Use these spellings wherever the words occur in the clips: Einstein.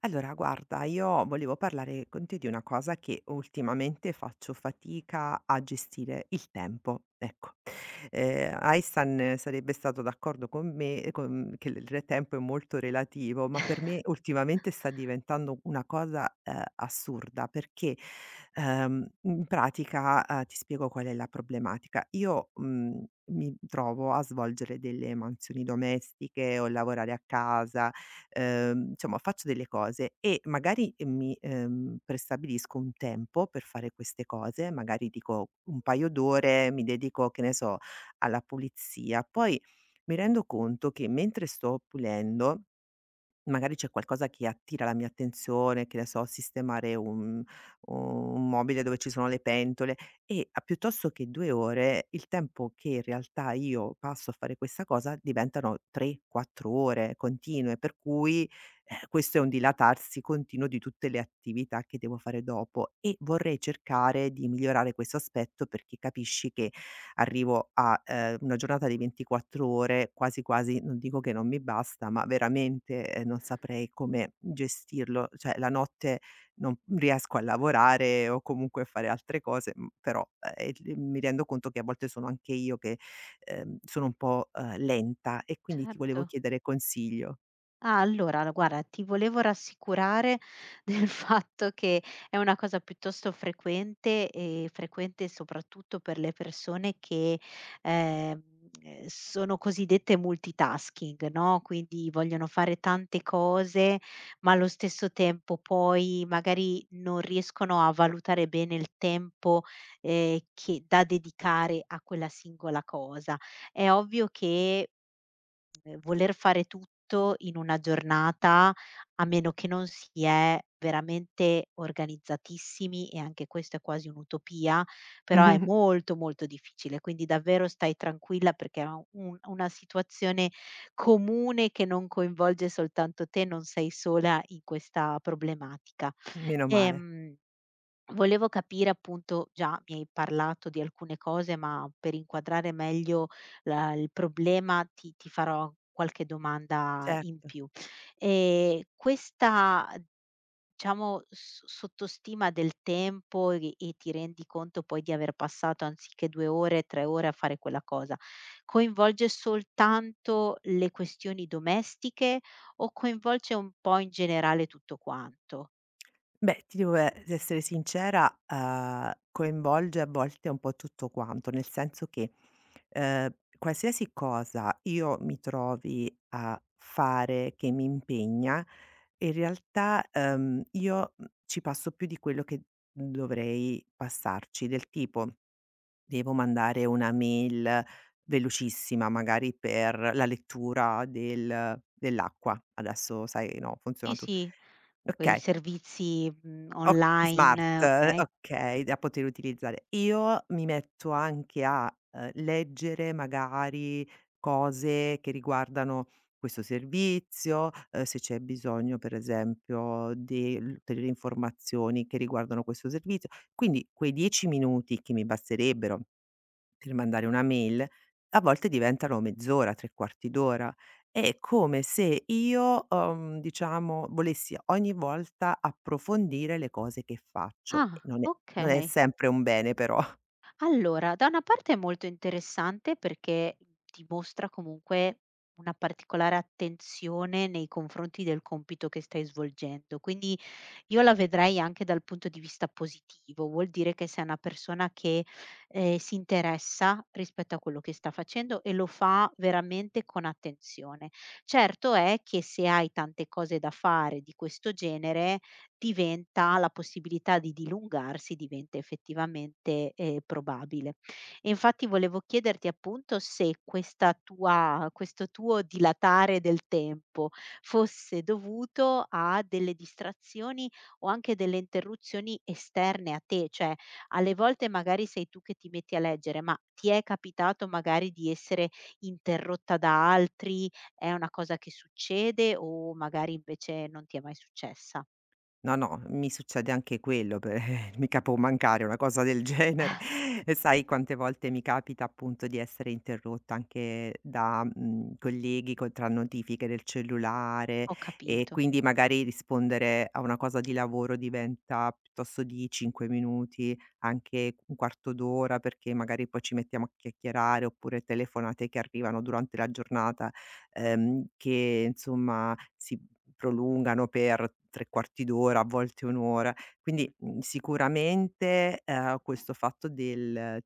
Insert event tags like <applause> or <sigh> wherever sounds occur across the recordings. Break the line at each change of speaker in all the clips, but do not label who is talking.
Allora, guarda, io volevo parlare con te di una cosa che ultimamente faccio fatica a gestire il tempo. Ecco, Einstein sarebbe stato d'accordo con me, che il tempo è molto relativo, ma per me ultimamente sta diventando una cosa assurda perché in pratica ti spiego qual è la problematica. Io mi trovo a svolgere delle mansioni domestiche o lavorare a casa, insomma faccio delle cose e magari mi prestabilisco un tempo per fare queste cose, magari dico un paio d'ore, mi dedico, che ne so, alla pulizia. Poi mi rendo conto che mentre sto pulendo, magari c'è qualcosa che attira la mia attenzione, che ne so, sistemare un mobile dove ci sono le pentole e a piuttosto che 2 ore, il tempo che in realtà io passo a fare questa cosa diventano 3, 4 ore continue, per cui, questo è un dilatarsi continuo di tutte le attività che devo fare dopo e vorrei cercare di migliorare questo aspetto perché capisci che arrivo a, una giornata di 24 ore, quasi quasi non dico che non mi basta, ma veramente, non saprei come gestirlo. Cioè la notte non riesco a lavorare o comunque a fare altre cose, però, il mi rendo conto che a volte sono anche io che, sono un po', lenta e quindi ti volevo
Certo.
chiedere consiglio.
Ah, allora l guarda, ti volevo rassicurare <laughs> del fatto che è una cosa piuttosto frequente e frequente soprattutto per le persone che, ehm, sono cosiddette multitasking, no, quindi vogliono fare tante cose, ma allo stesso tempo poi magari non riescono a valutare bene il tempo, che da dedicare a quella singola cosa. È ovvio che voler fare tutto in una giornata, a meno che non si è veramente organizzatissimi, e anche questo è quasi un'utopia, però è
<laughs>
molto, molto difficile. Quindi davvero stai tranquilla perché è un una situazione comune che non coinvolge soltanto te, non sei sola in questa problematica.
Meno male.
Ehm Volevo capire appunto già mi hai parlato di alcune cose, ma per inquadrare meglio la il problema ti farò qualche domanda in
Certo.
più. Questa diciamo s sottostima del tempo e ti rendi conto poi di aver passato anziché 2 ore, 3 ore a fare quella cosa, coinvolge soltanto le questioni domestiche o coinvolge un po' in generale tutto quanto?
Beh, ti devo essere sincera, coinvolge a volte un po' tutto quanto, nel senso che, ehm, qualsiasi cosa io mi trovi a fare che mi impegna, in realtà, io, ci passo più di quello che dovrei passarci. Del tipo: devo mandare una mail velocissima, magari per la lettura del dell'acqua. Adesso sai, no,
Sì,
funziona tu
sì, quei
okay.
servizi, mhmm,
O smart,
online, okay.
okay, da poter utilizzare. Io mi metto anche a, leggere magari cose che riguardano questo servizio, se c'è bisogno per esempio di ulteriori informazioni che riguardano questo servizio. Quindi quei 10 minuti che mi basterebbero per mandare una mail, a volte diventano mezz'ora, 3/4 d'ora. È come se io, diciamo, volessi ogni volta approfondire le cose che faccio e
Ah,
non è
okay.
sempre un bene però.
Allora, da una parte è molto interessante perché dimostra comunque una particolare attenzione nei confronti del compito che stai svolgendo, quindi io la vedrei anche dal punto di vista positivo, vuol dire che sei una persona che, si interessa rispetto a quello che sta facendo e lo fa veramente con attenzione. Certo è che se hai tante cose da fare di questo genere, diventa la possibilità di dilungarsi diventa effettivamente, probabile. E infatti volevo chiederti appunto se questa tua questo tuo dilatare del tempo fosse dovuto a delle distrazioni o anche delle interruzioni esterne a te, cioè alle volte magari sei tu che ti metti a leggere, ma ti è capitato magari di essere interrotta da altri? È una cosa che succede o magari invece non ti è mai successa?
No, no, mi succede anche quello, per <laughs> mica può mancare una cosa del genere. <laughs> E sai quante volte mi capita appunto di essere interrotta anche da, colleghi co tra notifiche del cellulare
Ho
e
capito,
quindi magari rispondere a una cosa di lavoro diventa piuttosto di 5 minuti, anche un quarto d'ora, perché magari poi ci mettiamo a chiacchierare, oppure telefonate che arrivano durante la giornata, che insomma si prolungano per 3 quarti d'ora, a volte 1 ora. Quindi, sicuramente, questo fatto del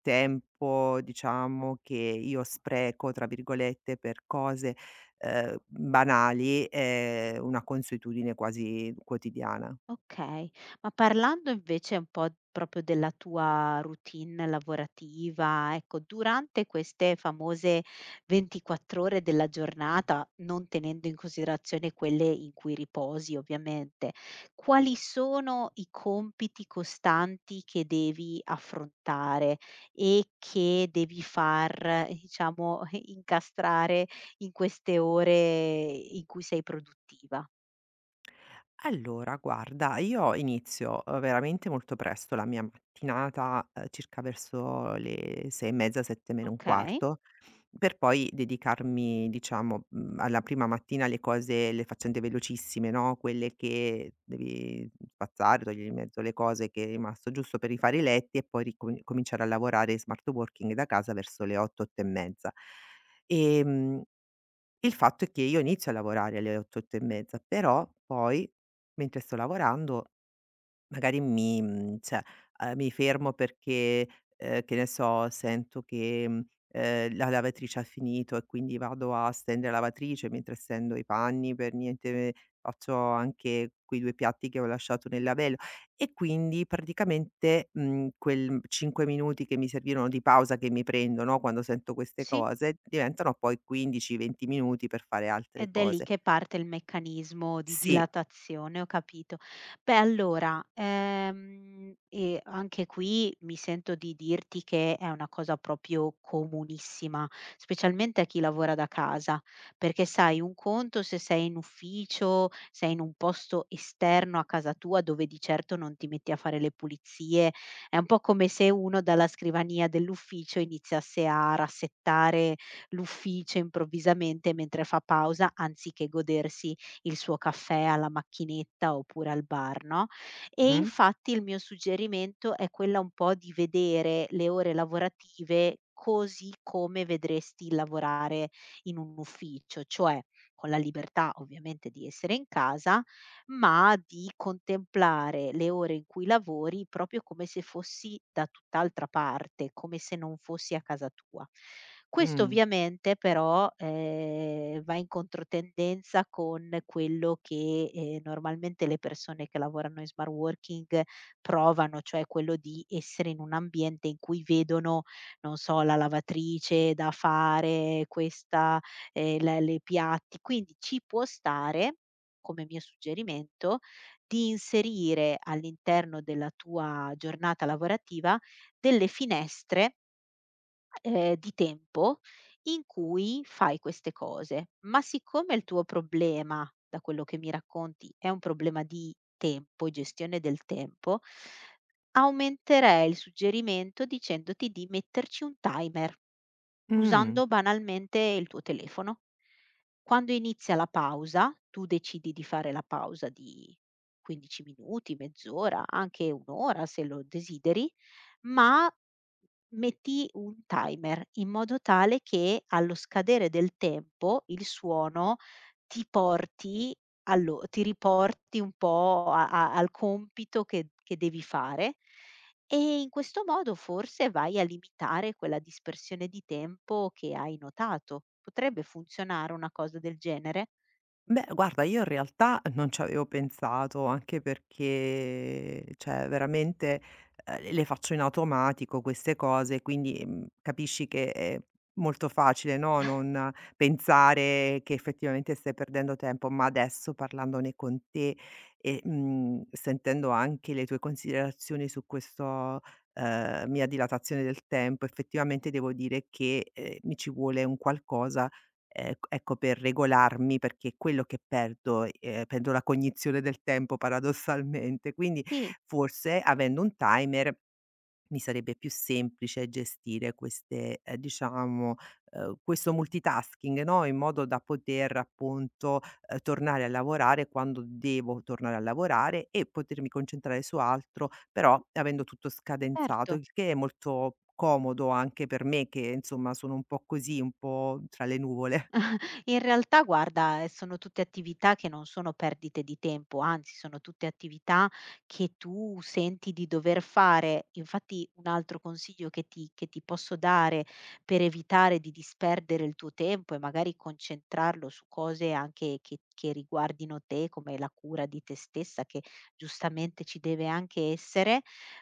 tempo, diciamo, che io "spreco" tra virgolette per cose, banali è una consuetudine quasi quotidiana.
okay. Ma parlando invece un po' proprio della tua routine lavorativa, ecco, durante queste famose 24 ore della giornata, non tenendo in considerazione quelle in cui riposi ovviamente, quali sono i compiti costanti che devi affrontare e che devi far, diciamo, <laughs> incastrare in queste ore in cui sei produttiva?
Allora, guarda, io inizio, veramente molto presto la mia mattinata, circa verso le 6 e mezza, 7 meno un
Okay.
quarto, per poi dedicarmi, diciamo, alla prima mattina alle cose le faccende velocissime, no, quelle che devi spazzare, togliere in mezzo le cose che è rimasto giusto per rifare i letti e poi ricomi cominciare a lavorare in smart working da casa verso le 8, 8 e mezza. Ehm il fatto è che io inizio a lavorare alle 8, 8 e mezza, però poi mentre sto lavorando magari cioè, mi fermo perché, che ne so, sento che, la lavatrice ha finito e quindi vado a stendere la lavatrice mentre stendo i panni, per niente faccio anche quei 2 piatti che ho lasciato nel lavello. E quindi praticamente, quel 5 minuti che mi servivano di pausa che mi prendo, no, quando sento queste
Sì,
cose, diventano poi 15, 20 minuti per fare altre
ed è lì
cose.
che parte il meccanismo di
Sì.
dilatazione, ho capito. Beh, allora, e anche qui mi sento di dirti che è una cosa proprio comunissima, specialmente a chi lavora da casa, perché sai, un conto se sei in ufficio, sei in un posto esterno a casa tua dove di certo non ti metti a fare le pulizie, è un po' come se uno dalla scrivania dell'ufficio iniziasse a rassettare l'ufficio improvvisamente mentre fa pausa, anziché godersi il suo caffè alla macchinetta oppure al bar, no, e
Mh?
infatti il mio suggerimento è quella un po' di vedere le ore lavorative così come vedresti lavorare in un ufficio, cioè con la libertà ovviamente di essere in casa, ma di contemplare le ore in cui lavori proprio come se fossi da tutt'altra parte, come se non fossi a casa tua. Questo
Mh.
ovviamente però, va in controtendenza con quello che, normalmente le persone che lavorano in smart working provano, cioè quello di essere in un ambiente in cui vedono, non so, la lavatrice da fare, questa la le piatti quindi ci può stare come mio suggerimento, di inserire all'interno della tua giornata lavorativa delle finestre di tempo in cui fai queste cose, ma siccome il tuo problema, da quello che mi racconti, è un problema di tempo, gestione del tempo, aumenterei il suggerimento dicendoti di metterci un timer,
Mh.
usando banalmente il tuo telefono. Quando inizia la pausa, tu decidi di fare la pausa di 15 minuti, mezz'ora, anche 1 ora se lo desideri, ma metti un timer in modo tale che allo scadere del tempo il suono ti porti allo ti riporti un po' a al compito che devi fare e in questo modo forse vai a limitare quella dispersione di tempo che hai notato. Potrebbe funzionare una cosa del genere?
Beh, guarda, io in realtà non ci avevo pensato, anche perché, cioè, veramente, le faccio in automatico queste cose, quindi, capisci che è molto facile, no, non pensare che effettivamente stai perdendo tempo. Ma adesso parlandone con te e, sentendo anche le tue considerazioni su questo, mia dilatazione del tempo, effettivamente devo dire che, mi ci vuole un qualcosa, ec ecco, per regolarmi, perché è quello che perdo, la cognizione del tempo paradossalmente. Quindi
Sì,
forse avendo un timer mi sarebbe più semplice gestire queste diciamo, questo multitasking, no, in modo da poter appunto, tornare a lavorare quando devo tornare a lavorare e potermi concentrare su altro, però avendo tutto scadenzato,
certo.
il che è molto comodo anche per me che, insomma, sono un po' così, un po' tra le nuvole.
In realtà guarda, sono tutte attività che non sono perdite di tempo, anzi sono tutte attività che tu senti di dover fare. Infatti un altro consiglio che ti posso dare per evitare di disperdere il tuo tempo e magari concentrarlo su cose anche che riguardino te, come la cura di te stessa, che giustamente ci deve anche essere,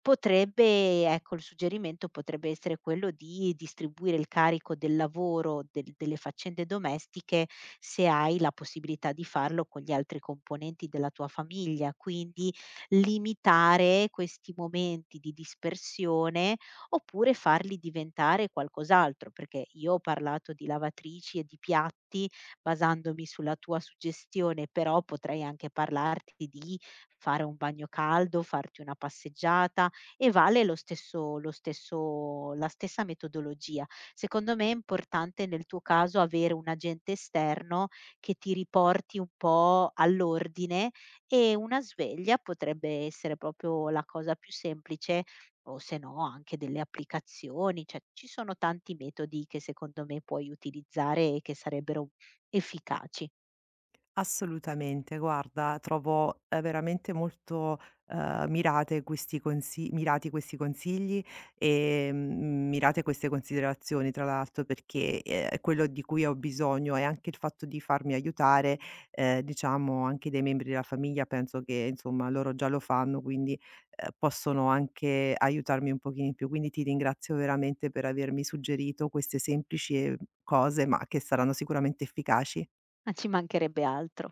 potrebbe ecco, il suggerimento potrebbe essere quello di distribuire il carico del lavoro, delle faccende domestiche, se hai la possibilità di farlo con gli altri componenti della tua famiglia, quindi limitare questi momenti di dispersione, oppure farli diventare qualcos'altro, perché io ho parlato di lavatrici e di piatti basandomi sulla tua suggestione, però potrei anche parlarti di fare un bagno caldo, farti una passeggiata, e vale lo stesso la stessa metodologia. Secondo me è importante nel tuo caso avere un agente esterno che ti riporti un po' all'ordine e una sveglia potrebbe essere proprio la cosa più semplice o se no anche delle applicazioni, cioè ci sono tanti metodi che secondo me puoi utilizzare e che sarebbero efficaci,
Assolutamente, guarda, trovo, veramente molto, mirate questi consi mirati questi consigli, ehm, mirate queste considerazioni tra l'altro perché, quello di cui ho bisogno è anche il fatto di farmi aiutare, diciamo anche dai membri della famiglia, penso che insomma loro già lo fanno, quindi, possono anche aiutarmi un pochino in più. Quindi ti ringrazio veramente per avermi suggerito queste semplici, cose, ma che saranno sicuramente efficaci.
ma ci mancherebbe altro.